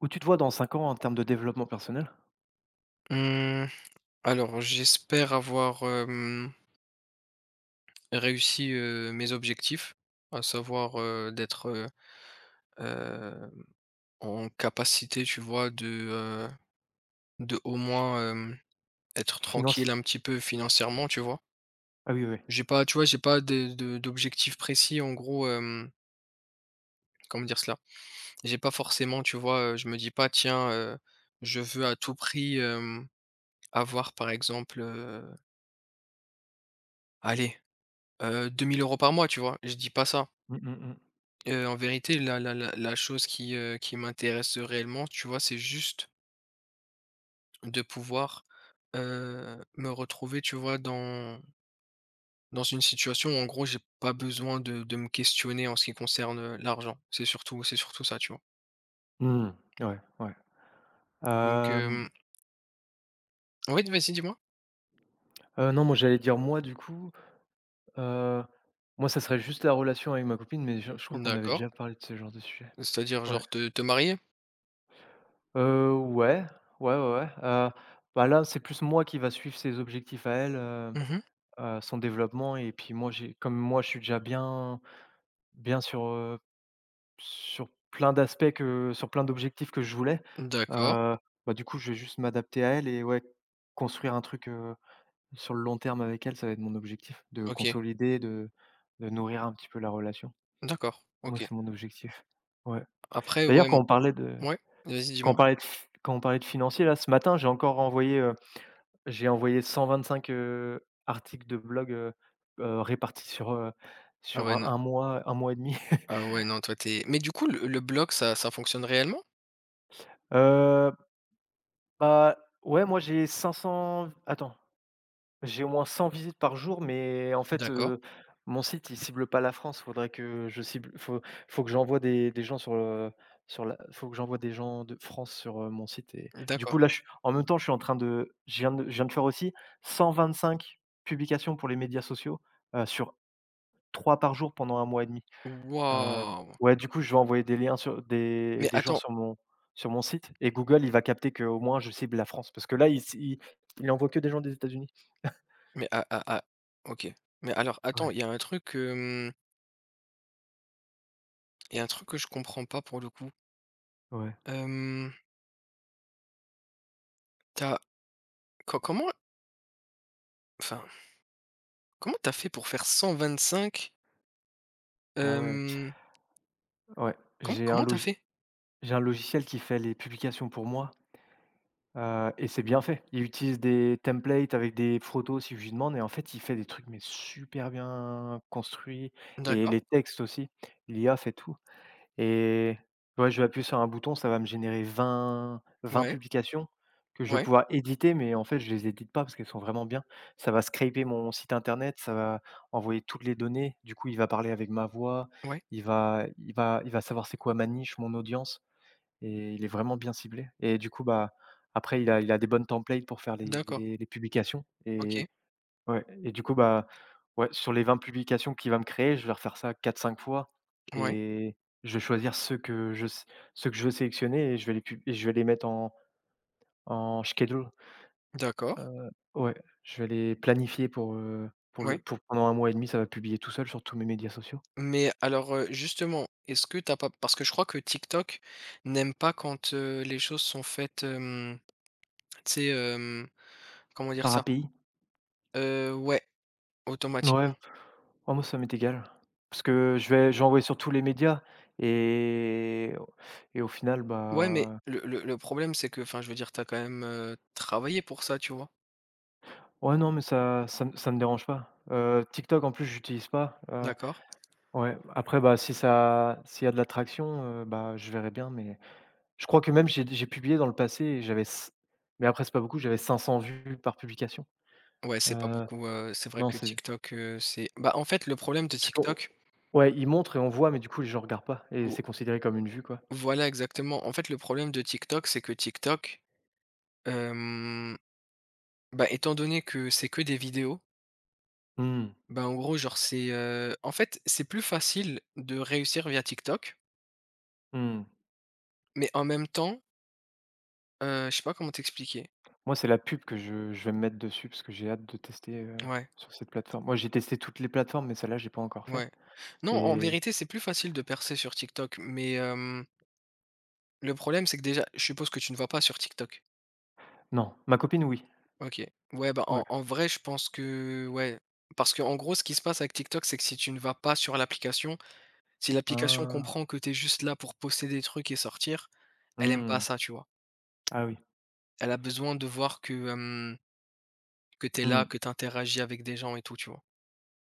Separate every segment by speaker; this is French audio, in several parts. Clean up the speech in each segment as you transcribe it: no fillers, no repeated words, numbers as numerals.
Speaker 1: Où tu te vois dans 5 ans en termes de développement personnel?
Speaker 2: Mmh, alors j'espère avoir, réussi, mes objectifs, à savoir, d'être, heu, en capacité, tu vois, de au moins, être tranquille
Speaker 1: Financier?
Speaker 2: un petit peu financièrement, tu vois?
Speaker 1: Ah oui, oui.
Speaker 2: J'ai pas, tu vois, j'ai pas de de d'objectif précis en gros, comment dire cela? J'ai pas forcément, tu vois, je me dis pas: «Tiens, je veux à tout prix, avoir par exemple, allez, 2 000 euros par mois», tu vois? Je dis pas ça.
Speaker 1: Mmh mh.
Speaker 2: En vérité, la chose qui m'intéresse réellement, tu vois, c'est juste de pouvoir, me retrouver, tu vois, dans une situation où en gros j'ai pas besoin de me questionner en ce qui concerne l'argent. C'est surtout ça, tu vois?
Speaker 1: Mmh. Mmh. Ouais, ouais.
Speaker 2: Donc
Speaker 1: Hem,
Speaker 2: hem oui, vas-y, dis-moi?
Speaker 1: non, moi, j'allais dire moi, du coup, heu, moi, ça serait juste la relation avec ma copine, mais je crois qu'on avait
Speaker 2: D'accord.
Speaker 1: déjà parlé de ce genre de sujet.
Speaker 2: C'est-à-dire
Speaker 1: Ouais.
Speaker 2: genre te marier?
Speaker 1: Ouais, ouais, ouais, ouais, bah, là, c'est plus moi qui va suivre ses objectifs à elle,
Speaker 2: Mmh.
Speaker 1: son développement et puis moi, j'ai comme moi, je suis déjà bien sur, sur plein d'aspects, que sur plein d'objectifs que je voulais,
Speaker 2: D'accord.
Speaker 1: heu, bah, du coup, je vais juste m'adapter à elle et ouais, construire un truc, sur le long terme avec elle, ça va être mon objectif, de
Speaker 2: OK.
Speaker 1: consolider, de nourrir un petit peu la relation.
Speaker 2: D'accord.
Speaker 1: Moi,
Speaker 2: OK.
Speaker 1: c'est mon objectif. Ouais.
Speaker 2: Après
Speaker 1: D'ailleurs,
Speaker 2: ouais,
Speaker 1: quand
Speaker 2: m
Speaker 1: on parlait de
Speaker 2: ouais, vas-y,
Speaker 1: quand on
Speaker 2: dis-moi?
Speaker 1: parlait de f quand on parlait de financier, là, ce matin, j'ai encore envoyé, j'ai envoyé 125, articles de blog, répartis sur,
Speaker 2: Ah
Speaker 1: sur,
Speaker 2: ouais, non
Speaker 1: un mois et demi.
Speaker 2: ah ouais, non, toi, t'es mais du coup, le blog, ça fonctionne réellement?
Speaker 1: Heu Bah, ouais, moi j'ai 500. Attends, j'ai au moins 100 visites par jour, mais en fait,
Speaker 2: D'accord.
Speaker 1: mon site il cible pas la France. Faudrait que je cible faut que j'envoie des gens sur, sur la faut que j'envoie des gens de France sur, mon site et du
Speaker 2: D'accord.
Speaker 1: coup là, je suis en même temps, je suis en train de je viens de faire aussi 125 publications pour les médias sociaux, sur 3 par jour pendant un mois et demi. Heu,
Speaker 2: Waouh!
Speaker 1: ouais, du coup, je vais envoyer des liens sur des
Speaker 2: Mais
Speaker 1: des gens
Speaker 2: attends,
Speaker 1: sur mon site et Google, il va capter qu'au moins je cible la France parce que là, il c il envoie que des gens des États-Unis.
Speaker 2: mais ah ah ah, OK. Mais alors attends,
Speaker 1: Ouais,
Speaker 2: il y a un truc que je comprends pas pour le coup.
Speaker 1: ouais.
Speaker 2: Hem, tu co comment enfin, comment t'as fait pour faire 125?
Speaker 1: Ah ouais,
Speaker 2: Hem,
Speaker 1: ouais.
Speaker 2: comment comment t'as fait?
Speaker 1: J'ai un logiciel qui fait les publications pour moi, et c'est bien fait. Il utilise des templates avec des photos si je lui demande et en fait, il fait des trucs mais super bien construits et
Speaker 2: D'accord.
Speaker 1: les textes aussi. L'IA fait tout. Et ouais, je vais appuyer sur un bouton, ça va me générer vingt
Speaker 2: Ouais,
Speaker 1: publications que je vais
Speaker 2: ouais,
Speaker 1: pouvoir éditer, mais en fait, je les édite pas parce qu'elles sont vraiment bien. Ça va scraper mon site internet, ça va envoyer toutes les données. Du coup, il va parler avec ma voix,
Speaker 2: ouais.
Speaker 1: il va savoir c'est quoi ma niche, mon audience et il est vraiment bien ciblé. Et du coup, bah, après il a des bonnes templates pour faire les
Speaker 2: D'accord.
Speaker 1: les publications
Speaker 2: OK.
Speaker 1: et ouais et du coup, bah, ouais, sur les 20 publications qu'il va me créer, je vais refaire ça quatre cinq fois
Speaker 2: Ouais.
Speaker 1: et je vais choisir ceux que je s ceux que je veux sélectionner et je vais les mettre en schedule,
Speaker 2: D'accord.
Speaker 1: ouais, je vais les planifier pour le
Speaker 2: Ouais.
Speaker 1: pour pendant un mois et demi, ça va publier tout seul sur tous mes médias sociaux.
Speaker 2: Mais alors, justement, est-ce que t'as pas, parce que je crois que TikTok n'aime pas quand, les choses sont faites, tu sais, comment dire
Speaker 1: Par
Speaker 2: ça?
Speaker 1: API.
Speaker 2: Ouais.
Speaker 1: Ouais,
Speaker 2: Automatiquement.
Speaker 1: oh moi ça m'est égal. Parce que je vais envoyer sur tous les médias et au final,
Speaker 2: Ouais, mais
Speaker 1: bah,
Speaker 2: le problème, c'est que, enfin, je veux dire, t'as quand même, travaillé pour ça, tu vois?
Speaker 1: ouais non mais ça me dérange pas. TikTok en plus, j'utilise pas,
Speaker 2: D'accord.
Speaker 1: ouais, après, bah, si ça s'il y a de l'attraction, bah, je verrai bien, mais je crois que même j'ai publié dans le passé et j'avais c mais après c'est pas beaucoup, j'avais 500 vues par publication.
Speaker 2: Ouais, c'est pas
Speaker 1: Heu,
Speaker 2: beaucoup, c'est vrai
Speaker 1: non,
Speaker 2: que
Speaker 1: c'est
Speaker 2: TikTok, c'est bah, en fait, le problème de
Speaker 1: parce que,
Speaker 2: TikTok
Speaker 1: ouais, ils montrent et on voit, mais du coup, les gens regardent pas et
Speaker 2: vo
Speaker 1: c'est considéré comme une vue, quoi.
Speaker 2: voilà, exactement. En fait, le problème de TikTok, c'est que TikTok, hem, bah, étant donné que c'est que des vidéos,
Speaker 1: Mmh,
Speaker 2: bah, en gros, genre, en fait, c'est plus facile de réussir via TikTok,
Speaker 1: mmh.
Speaker 2: mais en même temps, je sais pas comment t'expliquer.
Speaker 1: Moi, c'est la pub que je vais me mettre dessus parce que j'ai hâte de tester,
Speaker 2: Ouais,
Speaker 1: sur cette plateforme. Moi, j'ai testé toutes les plateformes, mais celle-là, j'ai pas encore fait
Speaker 2: ouais. Non, en
Speaker 1: et
Speaker 2: vérité, c'est plus facile de percer sur TikTok, mais hem le problème, c'est que déjà, je suppose que tu ne vas pas sur TikTok?
Speaker 1: non, ma copine, oui.
Speaker 2: OK. Ouais, bah,
Speaker 1: Ouais.
Speaker 2: en vrai, je pense que ouais, parce que en gros, ce qui se passe avec TikTok, c'est que si tu ne vas pas sur l'application, si l'application
Speaker 1: Ah.
Speaker 2: comprend que tu es juste là pour poster des trucs et sortir, elle aime pas
Speaker 1: Mmh.
Speaker 2: ça, tu vois?
Speaker 1: Ah oui.
Speaker 2: Elle a besoin de voir que tu es là,
Speaker 1: Mmh.
Speaker 2: que tu interagis avec des gens et tout, tu vois?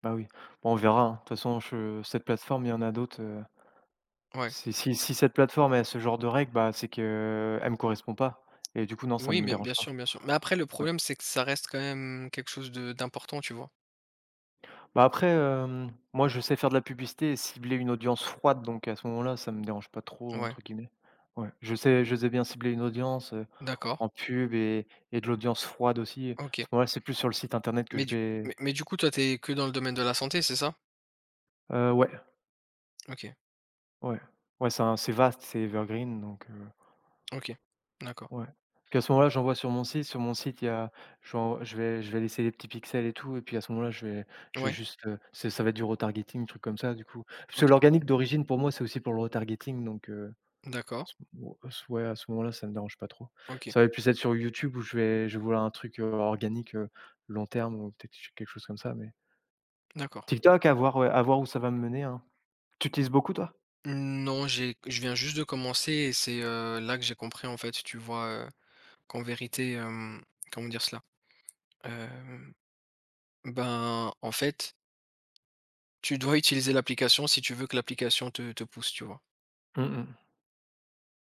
Speaker 1: Bah oui. Bon, on verra, hein. De toute façon, je cette plateforme, il y en a d'autres,
Speaker 2: Ouais.
Speaker 1: si cette plateforme a ce genre de règles, bah, c'est que elle me correspond pas et du coup, non, ça
Speaker 2: Oui,
Speaker 1: me
Speaker 2: bien
Speaker 1: dérange pas.
Speaker 2: sûr, bien sûr. Mais après, le
Speaker 1: Ouais.
Speaker 2: problème, c'est que ça reste quand même quelque chose de d'important, tu vois?
Speaker 1: Bah, après, moi, je sais faire de la publicité et cibler une audience «froide», donc à ce moment-là, ça me dérange pas trop,
Speaker 2: Ouais,
Speaker 1: entre guillemets. Ouais, je sais bien cibler une audience,
Speaker 2: d'accord,
Speaker 1: en pub et de l'audience froide aussi. À ce
Speaker 2: OK.
Speaker 1: moment-là, c'est plus sur le site internet que
Speaker 2: Mais
Speaker 1: je
Speaker 2: du
Speaker 1: vais.
Speaker 2: mais du coup, toi, t'es que dans le domaine de la santé, c'est ça?
Speaker 1: Ouais,
Speaker 2: OK.
Speaker 1: ouais. Ouais, c'est vaste, c'est evergreen donc
Speaker 2: OK. D'accord.
Speaker 1: ouais. Puis à ce moment-là, j'envoie sur mon site. Sur mon site, il y a j'en je vais laisser les petits pixels et tout et puis à ce moment-là, je vais
Speaker 2: Ouais.
Speaker 1: juste, c'est ça va être du retargeting, truc comme ça du coup. Parce que
Speaker 2: OK.
Speaker 1: l'organique d'origine pour moi, c'est aussi pour le retargeting donc
Speaker 2: D'accord.
Speaker 1: s ou s ouais, à ce moment-là, ça me dérange pas trop.
Speaker 2: OK.
Speaker 1: Ça va plus être sur YouTube où je vais vouloir un truc, organique, long terme ou peut-être quelque chose comme ça, mais
Speaker 2: D'accord.
Speaker 1: TikTok à voir, ouais, à voir où ça va me mener, hein. Tu utilises beaucoup toi?
Speaker 2: Non, j'ai je viens juste de commencer et c'est, là que j'ai compris en fait, tu vois, qu'en vérité, comment dire cela? Hem, ben, en fait, tu dois utiliser l'application si tu veux que l'application te pousse, tu vois?
Speaker 1: Mmh mh.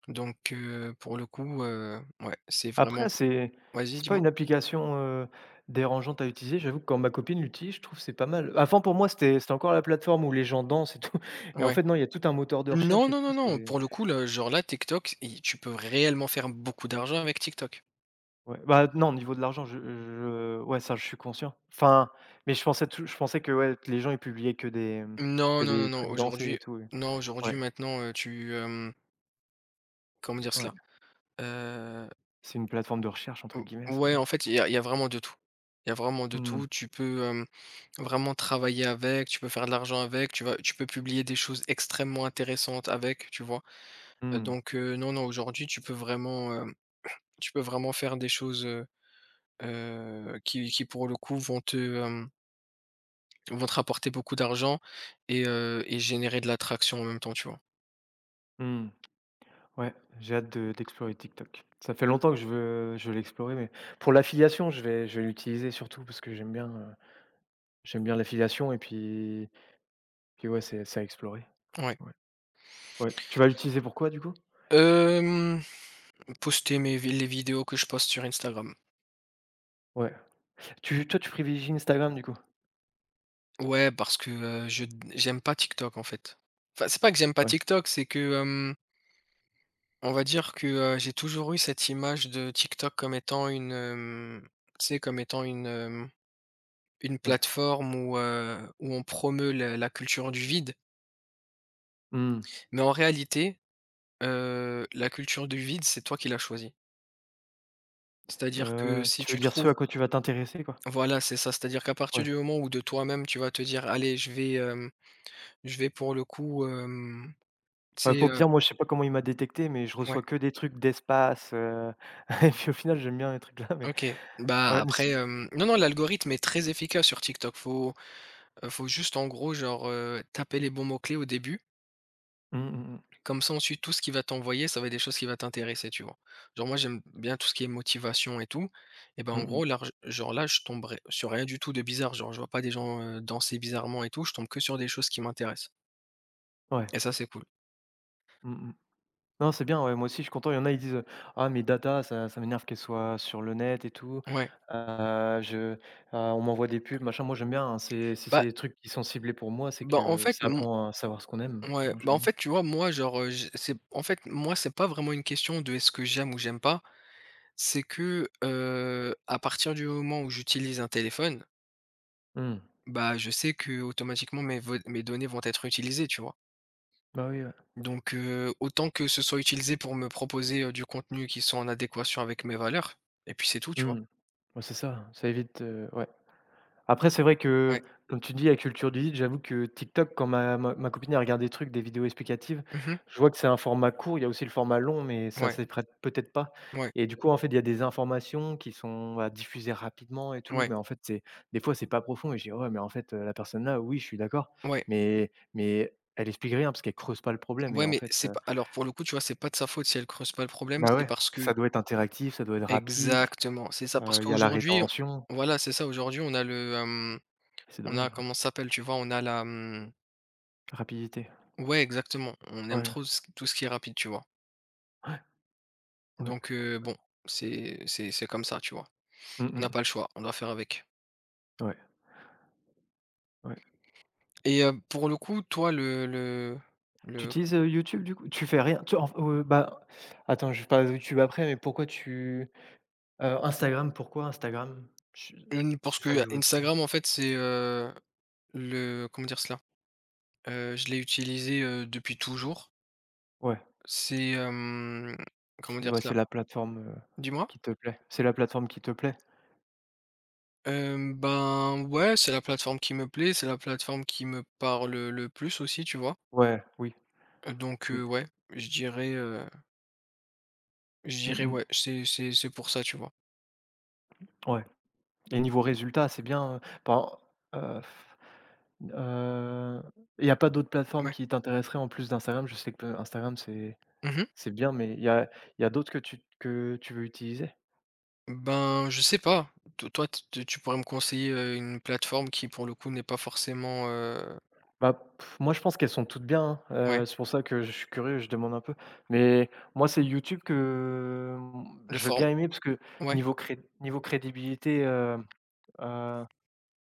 Speaker 2: Donc pour le coup, ouais, c'est vraiment
Speaker 1: Après,
Speaker 2: p vas-y,
Speaker 1: c'est pas
Speaker 2: dis-moi?
Speaker 1: une application, dérangeante à utiliser. J'avoue que quand ma copine l'utilise, je trouve que c'est pas mal. Avant, pour moi, c'était encore la plateforme où les gens dansent et tout et en
Speaker 2: Ouais.
Speaker 1: fait, non, il y a tout un moteur de
Speaker 2: Non,
Speaker 1: recherche et
Speaker 2: non,
Speaker 1: tout,
Speaker 2: non, non,
Speaker 1: c'est
Speaker 2: pour le coup, là, genre là, TikTok, i tu peux réellement faire beaucoup d'argent avec TikTok.
Speaker 1: ouais. Bah, non, au niveau de l'argent, je ouais, ça, je suis conscient. Enfin, mais je pensais que, ouais, les gens, ils publiaient que des,
Speaker 2: Non,
Speaker 1: que
Speaker 2: non, non,
Speaker 1: des
Speaker 2: non,
Speaker 1: trucs dansés
Speaker 2: aujourd'hui
Speaker 1: et tout, ouais.
Speaker 2: non, aujourd'hui,
Speaker 1: Ouais,
Speaker 2: maintenant, comment dire
Speaker 1: ouais.
Speaker 2: cela? Heu,
Speaker 1: C'est une plateforme de recherche, entre guillemets,
Speaker 2: ou
Speaker 1: c'est
Speaker 2: Ouais, en
Speaker 1: bien.
Speaker 2: fait, il y a vraiment de tout. Il y a vraiment de
Speaker 1: Mmh
Speaker 2: tout.
Speaker 1: mh.
Speaker 2: Tu peux, vraiment travailler avec, tu peux faire de l'argent avec, tu peux publier des choses extrêmement intéressantes avec, tu vois? Donc, non, non, aujourd'hui, tu peux vraiment faire des choses, qui pour le coup vont te, vont te rapporter beaucoup d'argent et générer de l'attraction en même temps, tu vois?
Speaker 1: Mmh. Ouais, j'ai hâte de d'explorer TikTok. Ça fait longtemps que je veux l'explorer, mais pour l'affiliation, je vais l'utiliser surtout parce que j'aime bien l'affiliation et puis ouais, c'est à explorer.
Speaker 2: Ouais.
Speaker 1: Ouais. Ouais. Tu vas l'utiliser pour quoi du coup?
Speaker 2: Hem Poster mes vi les vidéos que je poste sur Instagram.
Speaker 1: Ouais. Tu privilégies Instagram du coup?
Speaker 2: Ouais, parce que, je j'aime pas TikTok, en fait. Enfin, c'est pas que j'aime pas
Speaker 1: Ouais,
Speaker 2: TikTok, c'est que, on va dire que, j'ai toujours eu cette image de TikTok comme étant une, tu sais, comme étant une,
Speaker 1: ouais.
Speaker 2: plateforme où, où on promeut la culture du vide.
Speaker 1: Mmh.
Speaker 2: Mais en réalité, la culture du vide, c'est toi qui l'as choisie. C'est-à-dire que si
Speaker 1: Tu veux
Speaker 2: tu
Speaker 1: dire ce
Speaker 2: trouves
Speaker 1: à quoi tu vas t'intéresser quoi?
Speaker 2: Voilà, c'est ça. C'est-à-dire qu'à partir
Speaker 1: Ouais.
Speaker 2: du moment où de toi-même, tu vas te dire: «Allez, je vais, je vais pour le coup, tu
Speaker 1: Bah,
Speaker 2: sais,
Speaker 1: pour te dire, moi, je sais pas comment il m'a détecté, mais je
Speaker 2: ouais,
Speaker 1: reçois que des trucs d'espace, et puis au final, j'aime bien les trucs là, mais
Speaker 2: OK. Bah,
Speaker 1: ouais, mais
Speaker 2: après,
Speaker 1: c'est
Speaker 2: non, non, l'algorithme est très efficace sur TikTok. Faut juste en gros, genre, taper les bons mots-clés au début.
Speaker 1: mmh mh mh.
Speaker 2: Comme ça, ensuite, tout ce qu'il va t'envoyer, ça va être des choses qui va t'intéresser, tu vois? Genre moi, j'aime bien tout ce qui est motivation et tout et ben, en
Speaker 1: Mmh mh.
Speaker 2: gros, là, j genre là, je tomberai sur rien du tout de bizarre. Genre, je vois pas des gens, danser bizarrement et tout. Je tombe que sur des choses qui m'intéressent
Speaker 1: Ouais.
Speaker 2: et ça, c'est cool.
Speaker 1: Mmh mh. Non, c'est bien, ouais, moi aussi je suis content. Il y en a, ils disent, «Ah, mes datas, ça m'énerve qu'elles soient sur le net et tout.
Speaker 2: Ouais.
Speaker 1: Je On m'envoie des pubs, machin.» Moi j'aime bien, hein, c'est, si
Speaker 2: Bah
Speaker 1: c'est des trucs qui sont ciblés pour moi, c'est
Speaker 2: Bah, en
Speaker 1: que
Speaker 2: fait,
Speaker 1: ça
Speaker 2: m
Speaker 1: apprend à savoir ce qu'on aime.
Speaker 2: Ouais,
Speaker 1: Moi
Speaker 2: bah,
Speaker 1: j'aime
Speaker 2: en
Speaker 1: bien.
Speaker 2: fait, tu vois, moi, genre, j c'est en fait, moi, c'est pas vraiment une question de est-ce que j'aime ou j'aime pas, c'est que, à partir du moment où j'utilise un téléphone,
Speaker 1: Mmh.
Speaker 2: bah, je sais que automatiquement mes données vont être utilisées, tu vois?
Speaker 1: Bah oui, ouais.
Speaker 2: Donc, autant que ce soit utilisé pour me proposer, du contenu qui soit en adéquation avec mes valeurs et puis c'est tout, tu vois?
Speaker 1: Mmh. Ouais, c'est ça, ça évite, ouais. Après, c'est vrai
Speaker 2: Ouais.
Speaker 1: que, comme tu dis, la culture du vide, j'avoue que TikTok, quand ma copine elle regarde des trucs, des vidéos explicatives,
Speaker 2: Mmh.
Speaker 1: je vois que c'est un format court. Il y a aussi le format long, mais ça
Speaker 2: Ouais,
Speaker 1: s'y prête peut-être pas.
Speaker 2: ouais,
Speaker 1: Et du coup, en fait, il y a des informations qui sont, bah, diffusées rapidement et tout,
Speaker 2: ouais,
Speaker 1: mais en fait, c'est des fois, c'est pas profond et je dis: «Ouais, mais en fait, la personne là, oui, je suis d'accord,
Speaker 2: ouais,
Speaker 1: mais elle explique rien parce qu'elle creuse pas le problème.» Et
Speaker 2: ouais,
Speaker 1: en
Speaker 2: mais
Speaker 1: fait,
Speaker 2: c'est pas alors pour le coup, tu vois, c'est pas de sa faute si elle creuse pas le problème,
Speaker 1: bah,
Speaker 2: c'est
Speaker 1: ouais,
Speaker 2: parce que
Speaker 1: ça doit être interactif, ça doit être rapide,
Speaker 2: Exactement, c'est ça, parce
Speaker 1: il y a la
Speaker 2: qu'aujourd'hui
Speaker 1: rétention.
Speaker 2: on voilà, c'est ça, aujourd'hui
Speaker 1: C'est
Speaker 2: on a
Speaker 1: dommage, hein,
Speaker 2: comment ça s'appelle, tu vois? On a la, mmh
Speaker 1: rapidité.
Speaker 2: Ouais, exactement, on aime
Speaker 1: Ouais,
Speaker 2: trop ce tout ce qui est rapide, tu vois?
Speaker 1: ouais, ouais.
Speaker 2: Donc bon, c'est comme ça, tu vois? On n'a
Speaker 1: Mmh.
Speaker 2: pas le choix, on doit faire avec
Speaker 1: Ouais. Ouais.
Speaker 2: pour le coup, toi,
Speaker 1: Tu
Speaker 2: le
Speaker 1: utilises, YouTube du coup? Tu fais rien tu en f Bah, attends, je parle de YouTube après, mais pourquoi tu Instagram, pourquoi Instagram? Je
Speaker 2: une parce
Speaker 1: C'est ça que
Speaker 2: que
Speaker 1: je voulais savoir.
Speaker 2: Instagram, en fait, c'est, le comment dire cela? Je l'ai utilisé, depuis toujours.
Speaker 1: Ouais,
Speaker 2: C'est, hem, Comment dire
Speaker 1: ouais,
Speaker 2: cela?
Speaker 1: c'est la plateforme,
Speaker 2: Dis-moi?
Speaker 1: qui te plaît. C'est la plateforme qui te plaît?
Speaker 2: Ben, ouais, c'est la plateforme qui me plaît, c'est la plateforme qui me parle, le plus aussi, tu vois?
Speaker 1: Ouais, oui,
Speaker 2: Donc
Speaker 1: oui.
Speaker 2: ouais, je
Speaker 1: Mmh
Speaker 2: dirais,
Speaker 1: mh.
Speaker 2: ouais, c'est pour ça, tu vois?
Speaker 1: Ouais et niveau résultat, c'est bien, il y a pas d'autres plateformes
Speaker 2: Ouais.
Speaker 1: qui t'intéresseraient en plus d'Instagram? Je sais que Instagram,
Speaker 2: Mmh.
Speaker 1: c'est bien, mais il y a d'autres que tu veux utiliser?
Speaker 2: Ben, je sais pas. To Toi, t t tu pourrais me conseiller, une plateforme qui, pour le coup, n'est pas forcément,
Speaker 1: Bah, pff, moi je pense qu'elles sont toutes bien, hein.
Speaker 2: ouais,
Speaker 1: C'est pour ça que je suis curieux, je demande un peu. Mais moi c'est YouTube que,
Speaker 2: le
Speaker 1: je vais
Speaker 2: form
Speaker 1: bien aimer parce que
Speaker 2: ouais,
Speaker 1: niveau crédibilité, heu,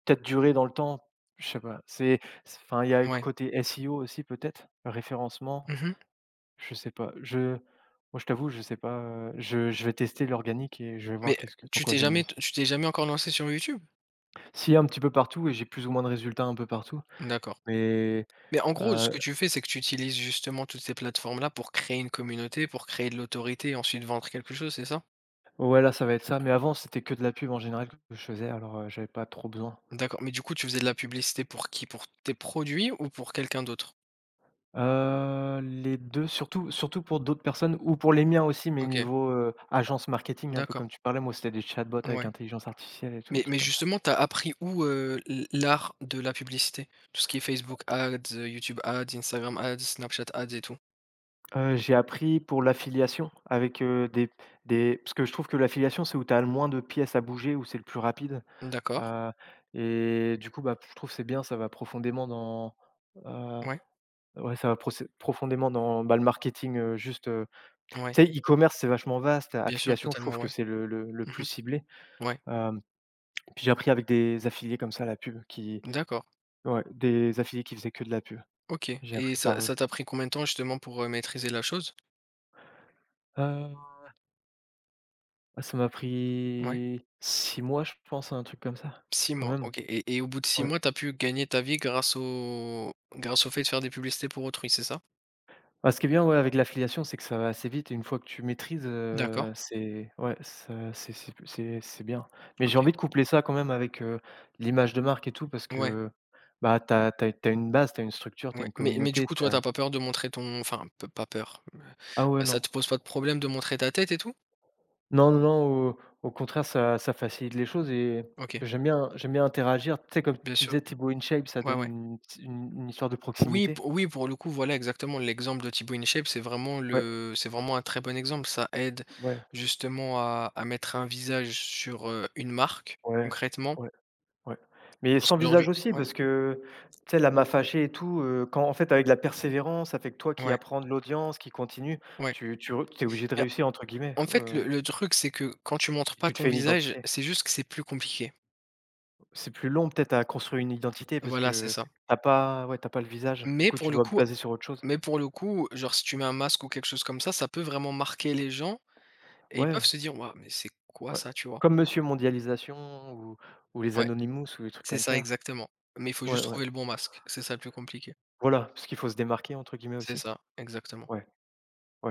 Speaker 1: peut-être durée dans le temps, je sais pas. C'est c' Enfin, il y a le
Speaker 2: ouais.
Speaker 1: côté SEO aussi peut-être, référencement,
Speaker 2: Mmh.
Speaker 1: je sais pas. Je Moi je t'avoue, je sais pas, je vais tester l'organique et je vais voir
Speaker 2: Mais
Speaker 1: qu'est-ce que sur quoi je vais me lancer.
Speaker 2: tu t'es jamais encore lancé sur YouTube?
Speaker 1: Si, un petit peu partout et j'ai plus ou moins de résultats un peu partout,
Speaker 2: D'accord.
Speaker 1: mais
Speaker 2: Mais en gros, ce
Speaker 1: heu
Speaker 2: que tu fais, c'est que tu utilises justement toutes ces plateformes-là pour créer une communauté, pour créer de l'autorité et ensuite vendre quelque chose, c'est ça?
Speaker 1: ouais, là, ça va être ça, mais avant, c'était que de la pub en général que je faisais, alors, j'avais pas trop besoin.
Speaker 2: D'accord, mais du coup, tu faisais de la publicité pour qui? Pour tes produits ou pour quelqu'un d'autre?
Speaker 1: Les 2, surtout pour d'autres personnes ou pour les miens aussi, mais
Speaker 2: OK,
Speaker 1: niveau, agence marketing, un peu
Speaker 2: d'accord,
Speaker 1: comme tu parlais, moi, c'était des chatbots avec
Speaker 2: ouais.
Speaker 1: intelligence artificielle et tous les
Speaker 2: Mais
Speaker 1: trucs
Speaker 2: mais
Speaker 1: comme ça.
Speaker 2: justement, t'as appris où, l'art de la publicité? Tout ce qui est Facebook Ads, YouTube Ads, Instagram Ads, Snapchat Ads et tout?
Speaker 1: J'ai appris pour l'affiliation avec, des parce que je trouve que l'affiliation, c'est où tu as le moins de pièces à bouger, où c'est le plus rapide,
Speaker 2: D'accord,
Speaker 1: heu et du coup, bah, je trouve que c'est bien, ça va profondément dans, heu,
Speaker 2: ouais,
Speaker 1: ouais, ça va procé profondément dans, bah, le marketing, juste. Tu
Speaker 2: ouais,
Speaker 1: sais, e-commerce, c'est vachement vaste.
Speaker 2: bien sûr,
Speaker 1: Affiliation, je trouve
Speaker 2: totalement,
Speaker 1: que
Speaker 2: ouais.
Speaker 1: c'est le plus
Speaker 2: Mmh.
Speaker 1: ciblé.
Speaker 2: Ouais,
Speaker 1: Hem, puis j'ai appris avec des affiliés comme ça la pub qui
Speaker 2: d'accord,
Speaker 1: ouais, des affiliés qui faisaient que de la pub.
Speaker 2: OK
Speaker 1: J'ai
Speaker 2: et
Speaker 1: appris par eux.
Speaker 2: ça t'a pris combien de temps justement pour, maîtriser la chose?
Speaker 1: Heu, ah ça m'a
Speaker 2: Ouais.
Speaker 1: pris 6 mois, je pense, un truc comme ça,
Speaker 2: 6
Speaker 1: quand
Speaker 2: mois,
Speaker 1: même.
Speaker 2: OK et au bout de 6
Speaker 1: Ouais.
Speaker 2: mois, t'as pu gagner ta vie grâce au fait de faire des publicités pour autrui, c'est ça?
Speaker 1: Ah ce qui est bien, ouais, avec l'affiliation, c'est que ça va assez vite et une fois que tu maîtrises,
Speaker 2: D'accord,
Speaker 1: c'est ouais, ça c'est c'est bien. Mais j'ai
Speaker 2: OK.
Speaker 1: envie de coupler ça quand même avec, l'image de marque et tout parce
Speaker 2: Ouais,
Speaker 1: que, bah, tu as tu une base, tu as une structure, tu as
Speaker 2: ouais,
Speaker 1: une
Speaker 2: mais du
Speaker 1: communauté,
Speaker 2: coup,
Speaker 1: tu
Speaker 2: toi, t'as pas peur de montrer ton enfin, p pas peur,
Speaker 1: ah ouais,
Speaker 2: ça
Speaker 1: non.
Speaker 2: te pose pas de problème de montrer ta tête et tout?
Speaker 1: Non, non, non, au contraire, ça facilite les choses et
Speaker 2: OK,
Speaker 1: j'aime bien interagir. Tu sais, comme
Speaker 2: bien
Speaker 1: tu
Speaker 2: sûr.
Speaker 1: disais, Thibaut InShape, ça
Speaker 2: Ouais, ouais.
Speaker 1: donne une histoire de
Speaker 2: Oui, p
Speaker 1: proximité.
Speaker 2: oui, pour le coup, voilà, exactement, l'exemple de Thibaut InShape,
Speaker 1: Ouais,
Speaker 2: c'est vraiment un très bon exemple. Ça aide
Speaker 1: ouais,
Speaker 2: justement à mettre un visage sur, une marque,
Speaker 1: ouais,
Speaker 2: concrètement,
Speaker 1: ouais, ouais. Mais
Speaker 2: parce
Speaker 1: sans
Speaker 2: qu'aujourd'hui
Speaker 1: visage aussi
Speaker 2: ouais,
Speaker 1: parce que, tu sais, la m'a fâché et tout, quand en fait, avec la persévérance, avec toi qui
Speaker 2: ouais,
Speaker 1: apprends de l'audience, qui continue,
Speaker 2: ouais.
Speaker 1: tu tu re es obligé de «réussir» entre guillemets,
Speaker 2: En fait, le truc, c'est que quand tu montres pas
Speaker 1: tu te
Speaker 2: ton
Speaker 1: fais une
Speaker 2: visage,
Speaker 1: identité.
Speaker 2: c'est juste que c'est plus compliqué.
Speaker 1: C'est plus long peut-être à construire une identité parce
Speaker 2: Voilà, c'est
Speaker 1: que
Speaker 2: ça.
Speaker 1: t'as pas ouais, t'as pas le visage, du
Speaker 2: Mais
Speaker 1: coup,
Speaker 2: pour
Speaker 1: tu
Speaker 2: le
Speaker 1: dois te
Speaker 2: coup
Speaker 1: baser sur autre chose.
Speaker 2: mais pour le coup, genre, si tu mets un masque ou quelque chose comme ça peut vraiment marquer les gens et ils
Speaker 1: Ouais.
Speaker 2: peuvent se dire: «Waouh, mais c'est quoi
Speaker 1: Ouais.
Speaker 2: ça?» tu vois?
Speaker 1: Comme Monsieur Mondialisation ou les
Speaker 2: Ouais,
Speaker 1: Anonymous ou des trucs
Speaker 2: c'est
Speaker 1: comme
Speaker 2: ça
Speaker 1: ça.
Speaker 2: exactement. Mais il faut
Speaker 1: Ouais,
Speaker 2: juste
Speaker 1: ouais.
Speaker 2: trouver le bon masque, c'est ça le plus compliqué.
Speaker 1: Voilà, parce qu'il faut se démarquer entre guillemets
Speaker 2: C'est
Speaker 1: aussi.
Speaker 2: ça, exactement.
Speaker 1: Ouais, ouais.